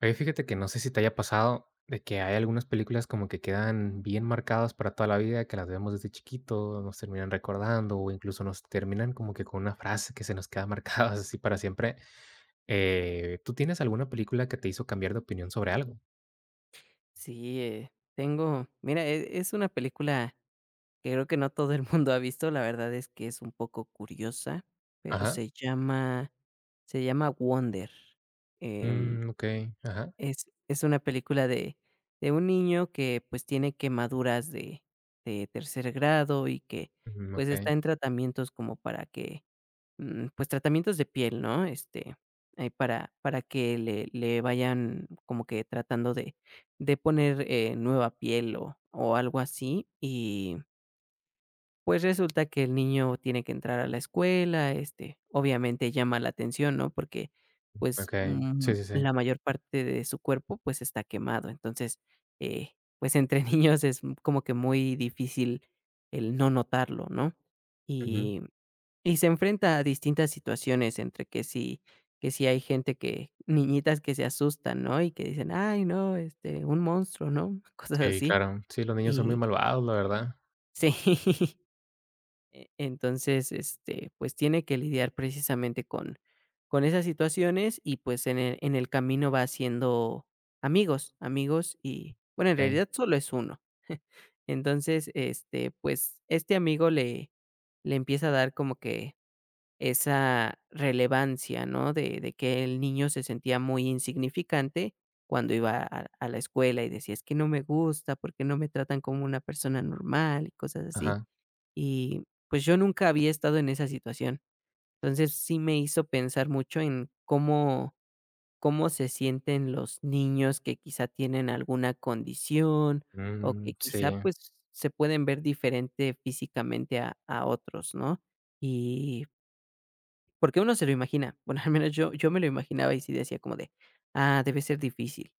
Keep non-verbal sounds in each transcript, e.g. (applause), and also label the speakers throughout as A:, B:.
A: Oye, fíjate que no sé si te haya pasado de que hay algunas películas como que quedan bien marcadas para toda la vida, que las vemos desde chiquito, nos terminan recordando o incluso nos terminan como que con una frase que se nos queda marcada (laughs) así para siempre. ¿Tú tienes alguna película que te hizo cambiar de opinión sobre algo?
B: Sí, tengo, mira, es una película que creo que no todo el mundo ha visto, la verdad es que es un poco curiosa, pero
A: Ajá.
B: se llama Wonder. em,
A: Mm, okey, ajá.
B: es una película de un niño que, pues, tiene quemaduras de tercer grado y que,
A: Ujú,
B: pues,
A: okey,
B: está en tratamientos como para que pues, tratamientos de piel, ¿no? Este, para que le vayan como que tratando de poner, nueva piel o algo así. Y, pues, resulta que el niño tiene que entrar a la escuela, este, obviamente llama la atención, ¿no? Porque, pues,
A: okey. Sí, sí, sí.
B: la mayor parte de su cuerpo, pues, está quemado. Entonces, eh, pues, entre (laughs) niños es como que muy difícil el no notarlo, ¿no?
A: Ujú.
B: Y y se enfrenta a distintas situaciones entre que sí hay gente, que niñitas que se asustan, ¿no? Y que dicen: "Ay, no, este, un monstruo", ¿no? (laughs) Cosas
A: Sí,
B: así.
A: claro. Sí, los niños son muy
B: Y
A: malvados, la verdad.
B: sí. (laughs) Entonces, este, pues, tiene que lidiar precisamente con esas situaciones y, pues, en el camino va haciendo amigos, amigos y, bueno, en
A: Okey.
B: realidad solo es uno. Entonces, este, pues, este amigo le empieza a dar como que esa relevancia, ¿no? De que el niño se sentía muy insignificante cuando iba a la escuela y decía: "Es que no me gusta, porque no me tratan como una persona normal", y cosas así.
A: Ajá.
B: Y, pues, yo nunca había estado en esa situación. Entonces, sí me hizo pensar mucho en cómo se sienten los niños que quizá tienen alguna condición, o que
A: Mm,
B: quizá,
A: sí.
B: pues, se pueden ver diferente físicamente a otros, ¿no? Y porque uno se lo imagina. Bueno, (laughs) al menos yo me lo imaginaba y sí decía como de: "Ah, debe ser difícil".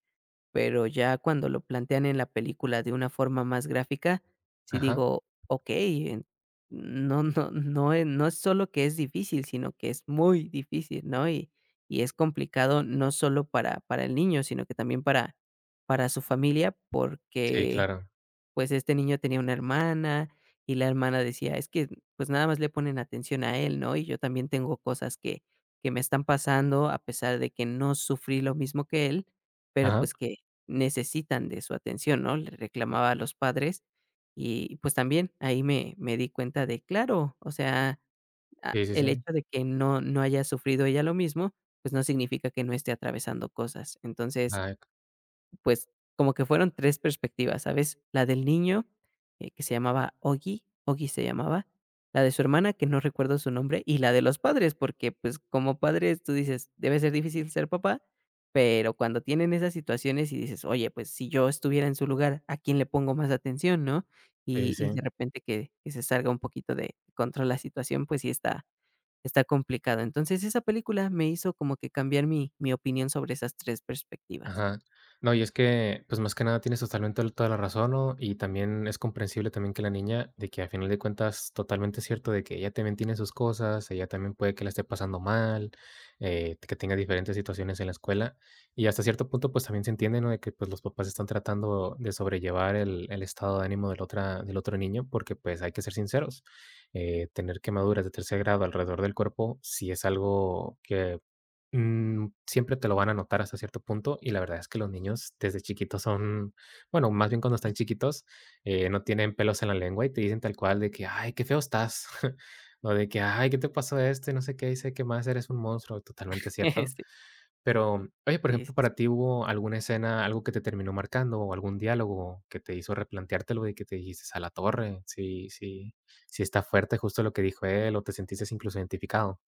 B: Pero ya cuando lo plantean en la película de una forma más gráfica, sí
A: Ajá.
B: digo: "Okey, en no no no es no es solo que es difícil, sino que es muy difícil", ¿no? Y es complicado no solo para el niño, sino que también para su familia,
A: Sí,
B: porque,
A: claro.
B: pues, este niño tenía una hermana, y la hermana decía: "Es que, pues, nada más le ponen atención a él, ¿no? Y yo también tengo cosas que me están pasando, a pesar de que no sufrí lo mismo que él, pero,
A: Ajá.
B: pues, que necesitan de su atención", ¿no? Le reclamaba a los padres, y, pues, también ahí me di cuenta de, claro, o sea, ah,
A: Sí, sí,
B: el
A: sí.
B: hecho de que no haya sufrido ella lo mismo, pues, no significa que no esté atravesando cosas. Entonces,
A: Ay.
B: pues, como que fueron 3 perspectivas, ¿sabes? La del niño, que se llamaba Ogi. Ogi se llamaba, la de su hermana, que no recuerdo su nombre, y la de los padres, porque, pues, como padres, tú dices: "Debe ser difícil ser papá", pero cuando tienen esas situaciones y dices: "Oye, pues, si yo estuviera en su lugar, ¿a quién le pongo más atención?", ¿no?
A: Sí, sí,
B: Y de
A: sí.
B: repente que se salga un poquito de control la situación, pues sí está complicado. Entonces, esa película me hizo como que cambiar mi opinión sobre esas 3 perspectivas.
A: Ajá. No, y es que, pues, más que nada tienes totalmente toda la razón, ¿no? Y también es comprensible también que la niña, de que a final de cuentas, totalmente cierto de que ella también tiene sus cosas, ella también puede que la esté pasando mal, que tenga diferentes situaciones en la escuela. Y hasta cierto punto, pues, también se entiende, ¿no? De que, pues, los papás están tratando de sobrellevar el estado de ánimo del otro niño, porque, pues, hay que ser sinceros, tener quemaduras de tercer grado alrededor del cuerpo si es algo que mm, siempre te lo van a notar hasta cierto punto y la verdad es que los niños desde chiquitos son, bueno, más bien cuando están chiquitos, no tienen pelos en la lengua y te dicen tal cual de que, ay, qué feo estás, (laughs) o de que, ay, ¿qué te pasó esto? Y no sé qué, dice que más eres un monstruo, totalmente
B: (laughs)
A: cierto.
B: Sí.
A: Pero, oye, por
B: Sí, sí,
A: ejemplo,
B: sí.
A: para ti hubo alguna escena, algo que te terminó marcando o algún diálogo que te hizo replanteártelo y que te dijiste a la torre, sí, sí, sí está fuerte justo lo que dijo él o te sentiste incluso identificado.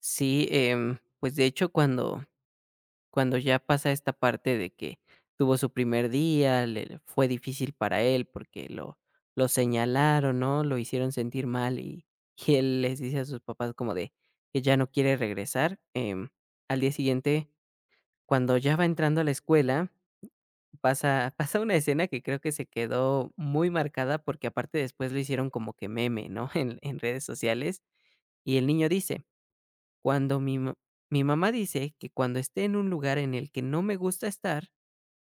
B: Sí, pues, de hecho, cuando ya pasa esta parte de que tuvo su primer día, le fue difícil para él porque lo señalaron, ¿no? Lo hicieron sentir mal y él les dice a sus papás como de que ya no quiere regresar, al día siguiente, cuando ya va entrando a la escuela, pasa (laughs) pasa una escena que creo que se quedó muy marcada, porque aparte después lo hicieron como que meme, ¿no? (laughs) En redes sociales, y el niño dice: Cuando mi mamá dice que cuando esté en un lugar en el que no me gusta estar,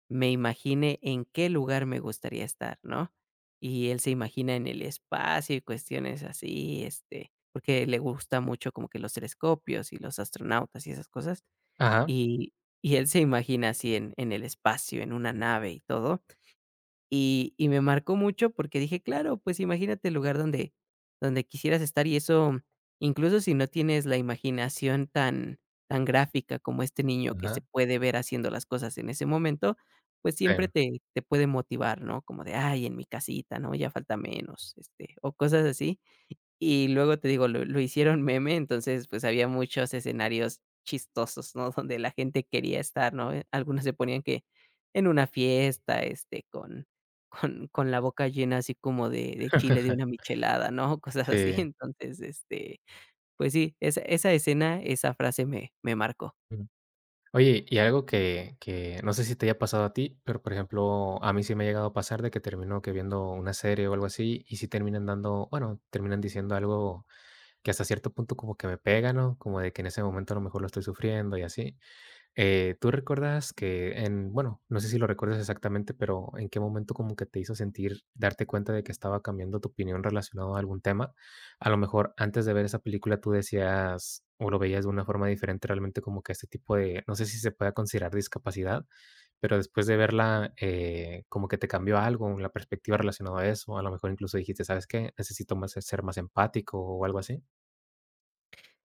B: me imagine en qué lugar me gustaría estar, ¿no? Y él se imagina en el espacio y cuestiones así, este, porque le gusta mucho como que los telescopios y los astronautas y esas cosas,
A: Ajá,
B: y y él se imagina así en el espacio, en una nave y todo, y me marcó mucho porque dije: "Claro, pues imagínate el lugar donde quisieras estar", y eso, incluso si no tienes la imaginación tan gráfica como este niño, que se
A: ajá,
B: puede ver haciendo las cosas en ese momento, pues siempre
A: sí.
B: te puede motivar, ¿no? Como de: "Ay, en mi casita, ¿no? Ya falta menos", este, o cosas así. Y luego te digo, lo hicieron meme, entonces, pues, había muchos escenarios chistosos, ¿no? Donde la gente quería estar, ¿no? Algunos se ponían que en una fiesta, este, con la boca llena así como de chile de una
A: (laughs)
B: michelada, ¿no? (laughs) Cosas así.
A: Sí.
B: Entonces, este, pues sí, esa escena, esa frase me marcó.
A: Ujú. Oye, y algo que no sé si te haya pasado a ti, pero, por ejemplo, a mí sí me ha llegado a pasar de que termino que viendo una serie o algo así, y sí terminan dando, bueno, terminan diciendo algo que hasta cierto punto como que me pega, ¿no? Como de que en ese momento a lo mejor lo estoy sufriendo y así. ¿Tú recuerdas que en bueno, no sé si lo recuerdas exactamente, pero en qué momento como que te hizo sentir, darte cuenta de que estaba cambiando tu opinión relacionado a algún tema? A lo mejor antes de ver esa película tú decías o lo veías de una forma diferente, realmente como que este tipo de, no sé si se pueda considerar discapacidad, pero después de verla, como que te cambió algo, la perspectiva relacionada a eso, a lo mejor incluso dijiste, ¿sabes qué? Necesito más ser más empático o algo así.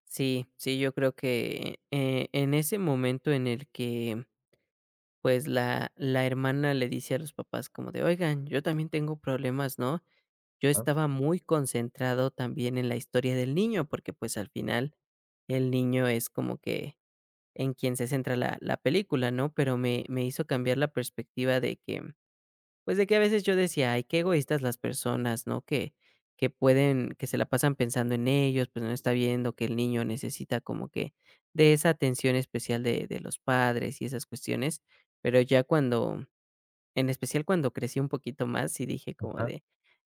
B: Sí, sí, yo creo que, en ese momento en el que, pues, la hermana le dice a los papás como de: "Oigan, yo también tengo problemas, ¿no?". Yo
A: Ajá,
B: estaba muy concentrado también en la historia del niño, porque, pues, al final el niño es como que en quien se centra la película, ¿no? Pero me hizo cambiar la perspectiva de que, pues, de que a veces yo decía: "Ay, qué egoístas las personas, ¿no? Que pueden, que se la pasan pensando en ellos, pues, no está viendo que el niño necesita como que de esa atención especial de los padres y esas cuestiones". Pero ya cuando en especial cuando crecí un poquito más, sí dije como
A: ajá,
B: de: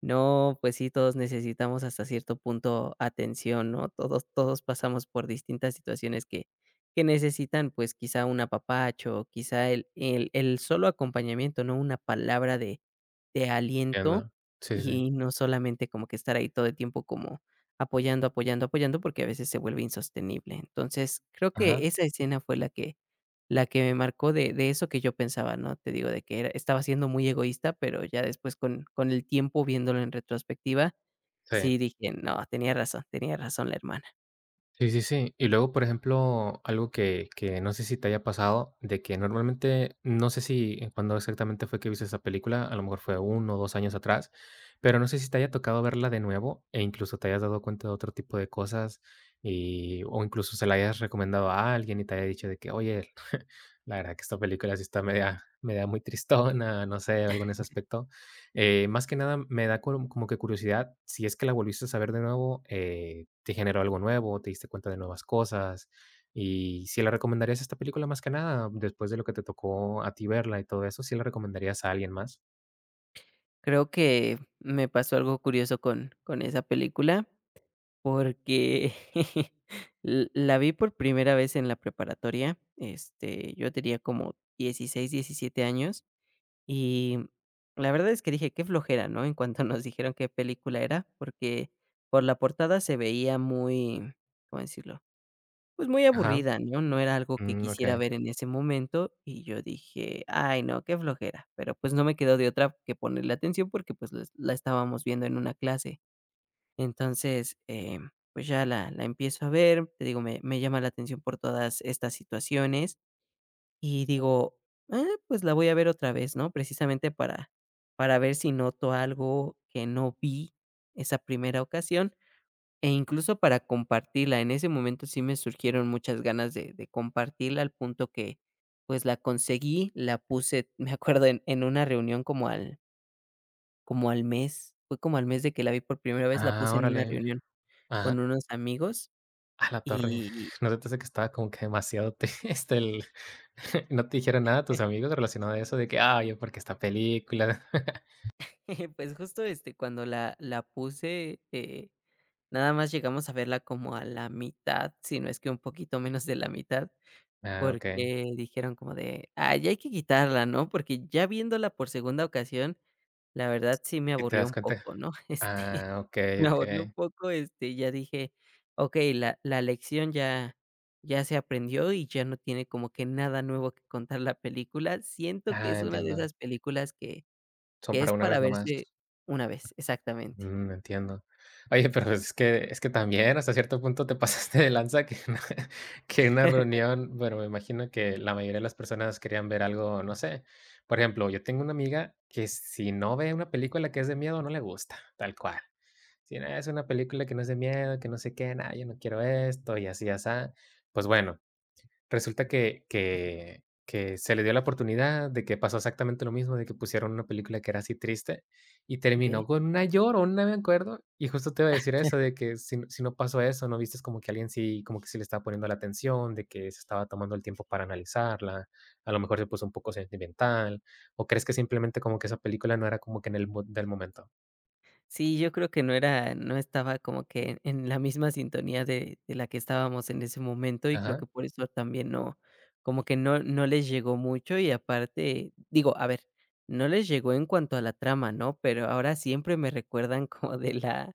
B: no, pues sí, todos necesitamos hasta cierto punto atención, ¿no? Todos, todos pasamos por distintas situaciones que necesitan, pues quizá un apapacho, quizá el solo acompañamiento, ¿no? Una palabra de aliento,
A: entiendo. Sí, sí, sí.
B: y no solamente como que estar ahí todo el tiempo como apoyando, apoyando, apoyando, porque a veces se vuelve insostenible. Entonces, creo que
A: Ajá,
B: esa escena fue la que me marcó de eso que yo pensaba, ¿no? Te digo, de que era estaba siendo muy egoísta, pero ya después con el tiempo, viéndolo en retrospectiva,
A: sí.
B: sí dije: "No, tenía razón la hermana".
A: Sí, sí, sí. Y luego, por ejemplo, algo que no sé si te haya pasado, de que normalmente, no sé si en cuándo exactamente fue que viste esa película, a lo mejor fue uno o 2 años atrás, pero no sé si te haya tocado verla de nuevo e incluso te hayas dado cuenta de otro tipo de cosas y o incluso se la hayas recomendado a alguien y te haya dicho de que: "Oye, (laughs) la verdad que esta película sí está media media muy tristona", no sé, algo en ese aspecto. Más que nada me da como como que curiosidad, si es que la volviste a saber de nuevo, ¿te generó algo nuevo? ¿Te diste cuenta de nuevas cosas? Y, ¿si la recomendarías esta película más que nada después de lo que te tocó a ti verla y todo eso, si la recomendarías a alguien más?
B: Creo que me pasó algo curioso con esa película, porque (laughs) l la vi por primera vez en la preparatoria, este, yo tenía como 16 17 años. Y la verdad es que dije: "Qué flojera", ¿no? En cuanto (laughs) nos dijeron qué película era, porque por la portada se veía muy, ¿cómo decirlo? Pues muy
A: Ajá,
B: aburrida, ¿no? No era algo que
A: mm,
B: quisiera
A: okey.
B: ver en ese momento, y yo dije: "Ay, no, qué flojera". Pero, pues, no me quedó de otra que ponerle atención porque, pues, la estábamos viendo en una clase. Entonces, pues, ya la empiezo a ver, te digo, me llama la atención por todas estas situaciones. Y digo: "Ah, pues la voy a ver otra vez", ¿no? Precisamente para ver si noto algo que no vi esa primera ocasión, e incluso para compartirla. En ese momento sí me surgieron muchas ganas de compartirla, al punto que, pues, la conseguí, la puse, me acuerdo, en una reunión como al mes, fue como al mes de que la vi por primera vez, la
A: Ah,
B: puse en una
A: órale.
B: reunión
A: Ajá,
B: con unos amigos
A: a la torre.
B: y,
A: (laughs) ¿No te parece que estaba como que demasiado te (laughs) este, el (laughs) no te dijeron nada a tus amigos relacionado a eso de que: "Ah, oye, porque esta película". (laughs)
B: (laughs) pues, justo, este, cuando la puse, nada más llegamos a verla como a la mitad, si no es que un poquito menos de la mitad,
A: Ah, okey.
B: porque dijeron como de: "Ah, ya hay que quitarla", ¿no? Porque ya viéndola por segunda ocasión, la verdad sí me
A: ¿Y te
B: aburrió
A: das
B: un
A: cuenta?
B: poco, ¿no? (laughs) Este,
A: Ah, okey,
B: me aburrió un
A: okey.
B: poco, este, ya dije: "Okey, la lección ya se aprendió y ya no tiene como que nada nuevo que contar la película". Siento que
A: Ah,
B: es una de
A: entiendo.
B: esas películas que
A: Son
B: que es
A: para una
B: para
A: vez nomás.
B: verse una vez, exactamente.
A: Mm, entiendo. Oye, pero es que también hasta cierto punto te (laughs) pasaste de lanza que una (laughs) que una
B: (laughs)
A: reunión, bueno, me imagino que la mayoría de las personas querían ver algo, no sé. Por ejemplo, yo tengo una amiga que si no ve una película que es de miedo, no le gusta, tal cual. Si no es una película que no es de miedo, que no sé qué, nada, yo no quiero esto y así, asá. Pues bueno, resulta que se le dio la oportunidad de que pasó exactamente lo mismo, de que pusieron una película que era así triste, y
B: ¿Ok?
A: terminó con una llorona, me acuerdo. Y justo te iba a decir eso, de que si no pasó eso, no vistes como que alguien sí como que sí le estaba poniendo la atención, de que se estaba tomando el tiempo para analizarla, a lo mejor se puso un poco sentimental, o crees que simplemente como que esa película no era como que en el mood del momento.
B: Sí, yo creo que no estaba como que en la misma sintonía de la que estábamos en ese momento, y creo
A: Ajá.
B: que por eso también no, como que no les llegó mucho, y aparte, digo, a ver, no les llegó en cuanto a la trama, ¿no? Pero ahora siempre me recuerdan (laughs) como de la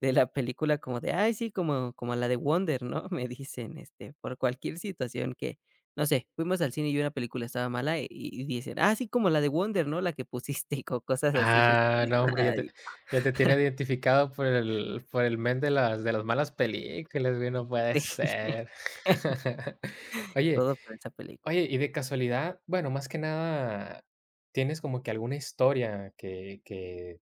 B: de la película como de: "Ay, sí, como la de Wonder", ¿no? (laughs) Me dicen, este, por cualquier situación que, no sé, fuimos al cine y una película estaba mala, y dicen: "Ah, sí, como la de Wonder, ¿no? La que pusiste", y co cosas así, (laughs) es como
A: Ah,
B: de:
A: no, hombre,
B: "Ay".
A: ya te tiene identificado por el men de las malas películas, güey, no puede
B: Sí, (laughs)
A: ser. (laughs) Oye
B: todo por esa película.
A: Oye, y de casualidad, bueno, más que nada, ¿tienes como que alguna historia que que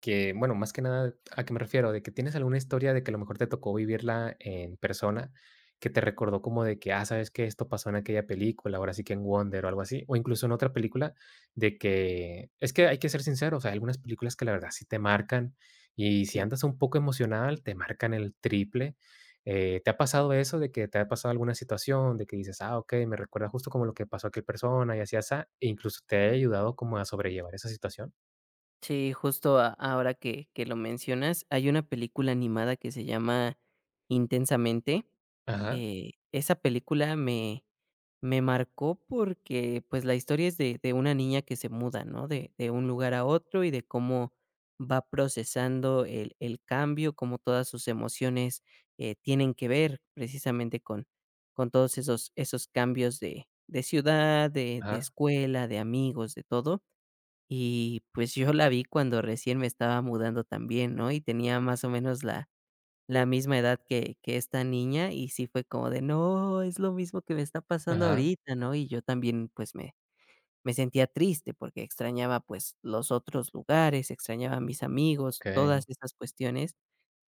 A: que, bueno, más que nada, ¿a qué me refiero? De que tienes alguna historia de que a lo mejor te tocó vivirla en persona, que te recordó como de que, ah, sabes que esto pasó en aquella película, ahora sí que en Wonder o algo así, o incluso en otra película, de que es que hay que ser sinceros, hay algunas películas que la verdad sí te marcan y si
B: Sí,
A: andas un poco emocional, te marcan el triple. ¿Te ha pasado eso de que te ha pasado alguna situación de que dices, ah, ok, me recuerda justo como lo que pasó a aquel persona y así, asá, e incluso te ha ayudado como a sobrellevar esa situación?
B: sí, justo a ahora que lo mencionas, hay una película animada que se llama Intensamente.
A: Ajá,
B: Esa película me marcó porque, pues, la historia es de una niña que se muda, ¿no? De un lugar a otro y de cómo va procesando el cambio, cómo todas sus emociones, tienen que ver precisamente con todos esos cambios de ciudad, de
A: ajá,
B: escuela, de amigos, de todo. Y, pues, yo la vi cuando recién me estaba mudando también, ¿no? Y tenía más o menos la misma edad que esta niña, y sí fue como de: "No, es lo mismo que me está pasando
A: ajá.
B: ahorita", ¿no? Y yo también, pues, me sentía triste porque extrañaba, pues, los otros lugares, extrañaba a mis amigos, todas
A: Okey.
B: esas cuestiones.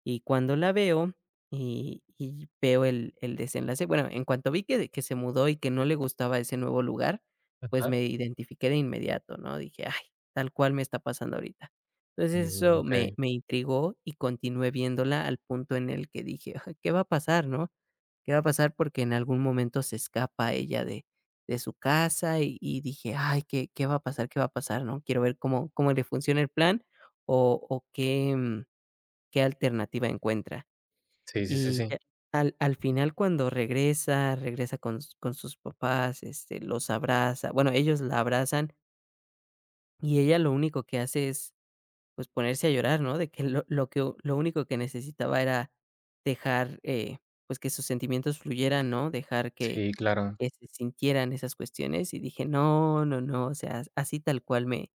B: Y cuando la veo, y veo el desenlace, bueno, en cuanto vi que se mudó y que no le gustaba ese nuevo lugar, pues
A: Ajá.
B: me identifiqué de inmediato, ¿no? Dije: "Ay, tal cual me está pasando ahorita". Entonces
A: Mm,
B: eso me
A: okey.
B: me intrigó y continué viéndola al punto en el que dije: "Ay, ¿qué va a pasar, no? ¿Qué va a pasar?". Porque en algún momento se escapa ella de su casa y dije: "Ay, ¿qué va a pasar? ¿Qué va a pasar?", ¿no? Quiero ver cómo le funciona el plan o qué, qué alternativa encuentra.
A: Sí, sí, sí,
B: Y
A: sí.
B: ya al final cuando regresa, regresa con sus papás, este, los abraza, bueno, ellos la abrazan y ella lo único que hace es, pues, ponerse a llorar, ¿no? De que lo que lo único que necesitaba era dejar, pues, que sus sentimientos fluyeran, ¿no? Dejar que
A: Sí, claro.
B: que se sintieran esas cuestiones, y dije: "No, no, no, o sea, así tal cual me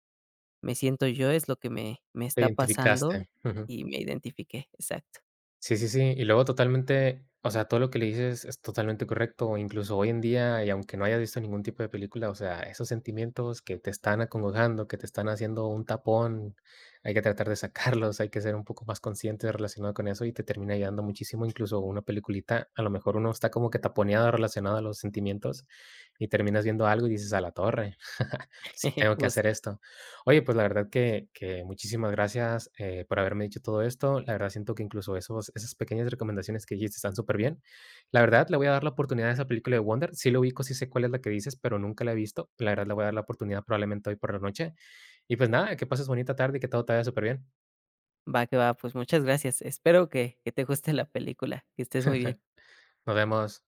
B: me siento yo, es lo que me
A: Te
B: está pasando",
A: identificaste. Ujú.
B: y me identifiqué, exacto,
A: Sí, sí, sí. Y luego totalmente, o sea, todo lo que le dices es totalmente correcto. Incluso hoy en día, y aunque no hayas visto ningún tipo de película, o sea, esos sentimientos que te están acongojando, que te están haciendo un tapón, hay que tratar de sacarlos, hay que ser un poco más consciente relacionado con eso y te termina ayudando muchísimo. Incluso una peliculita, a lo mejor uno está como que taponeado relacionado a los sentimientos y terminas viendo algo y dices a la torre, (laughs) sí
B: (laughs)
A: tengo que hacer
B: justo.
A: esto. Oye, pues la verdad que muchísimas gracias, por haberme dicho todo esto. La verdad siento que incluso esos esas pequeñas recomendaciones que dijiste están súper bien. La verdad, le voy a dar la oportunidad a esa película de Wonder. Sí la ubico, sí sé cuál es la que dices, pero nunca la he visto. La verdad, le voy a dar la oportunidad probablemente hoy por la noche. Y pues nada, que pases bonita tarde y que todo te vaya súper bien.
B: Va que va, pues muchas gracias. Espero que te guste la película. Que estés muy
A: (laughs)
B: bien.
A: Nos vemos.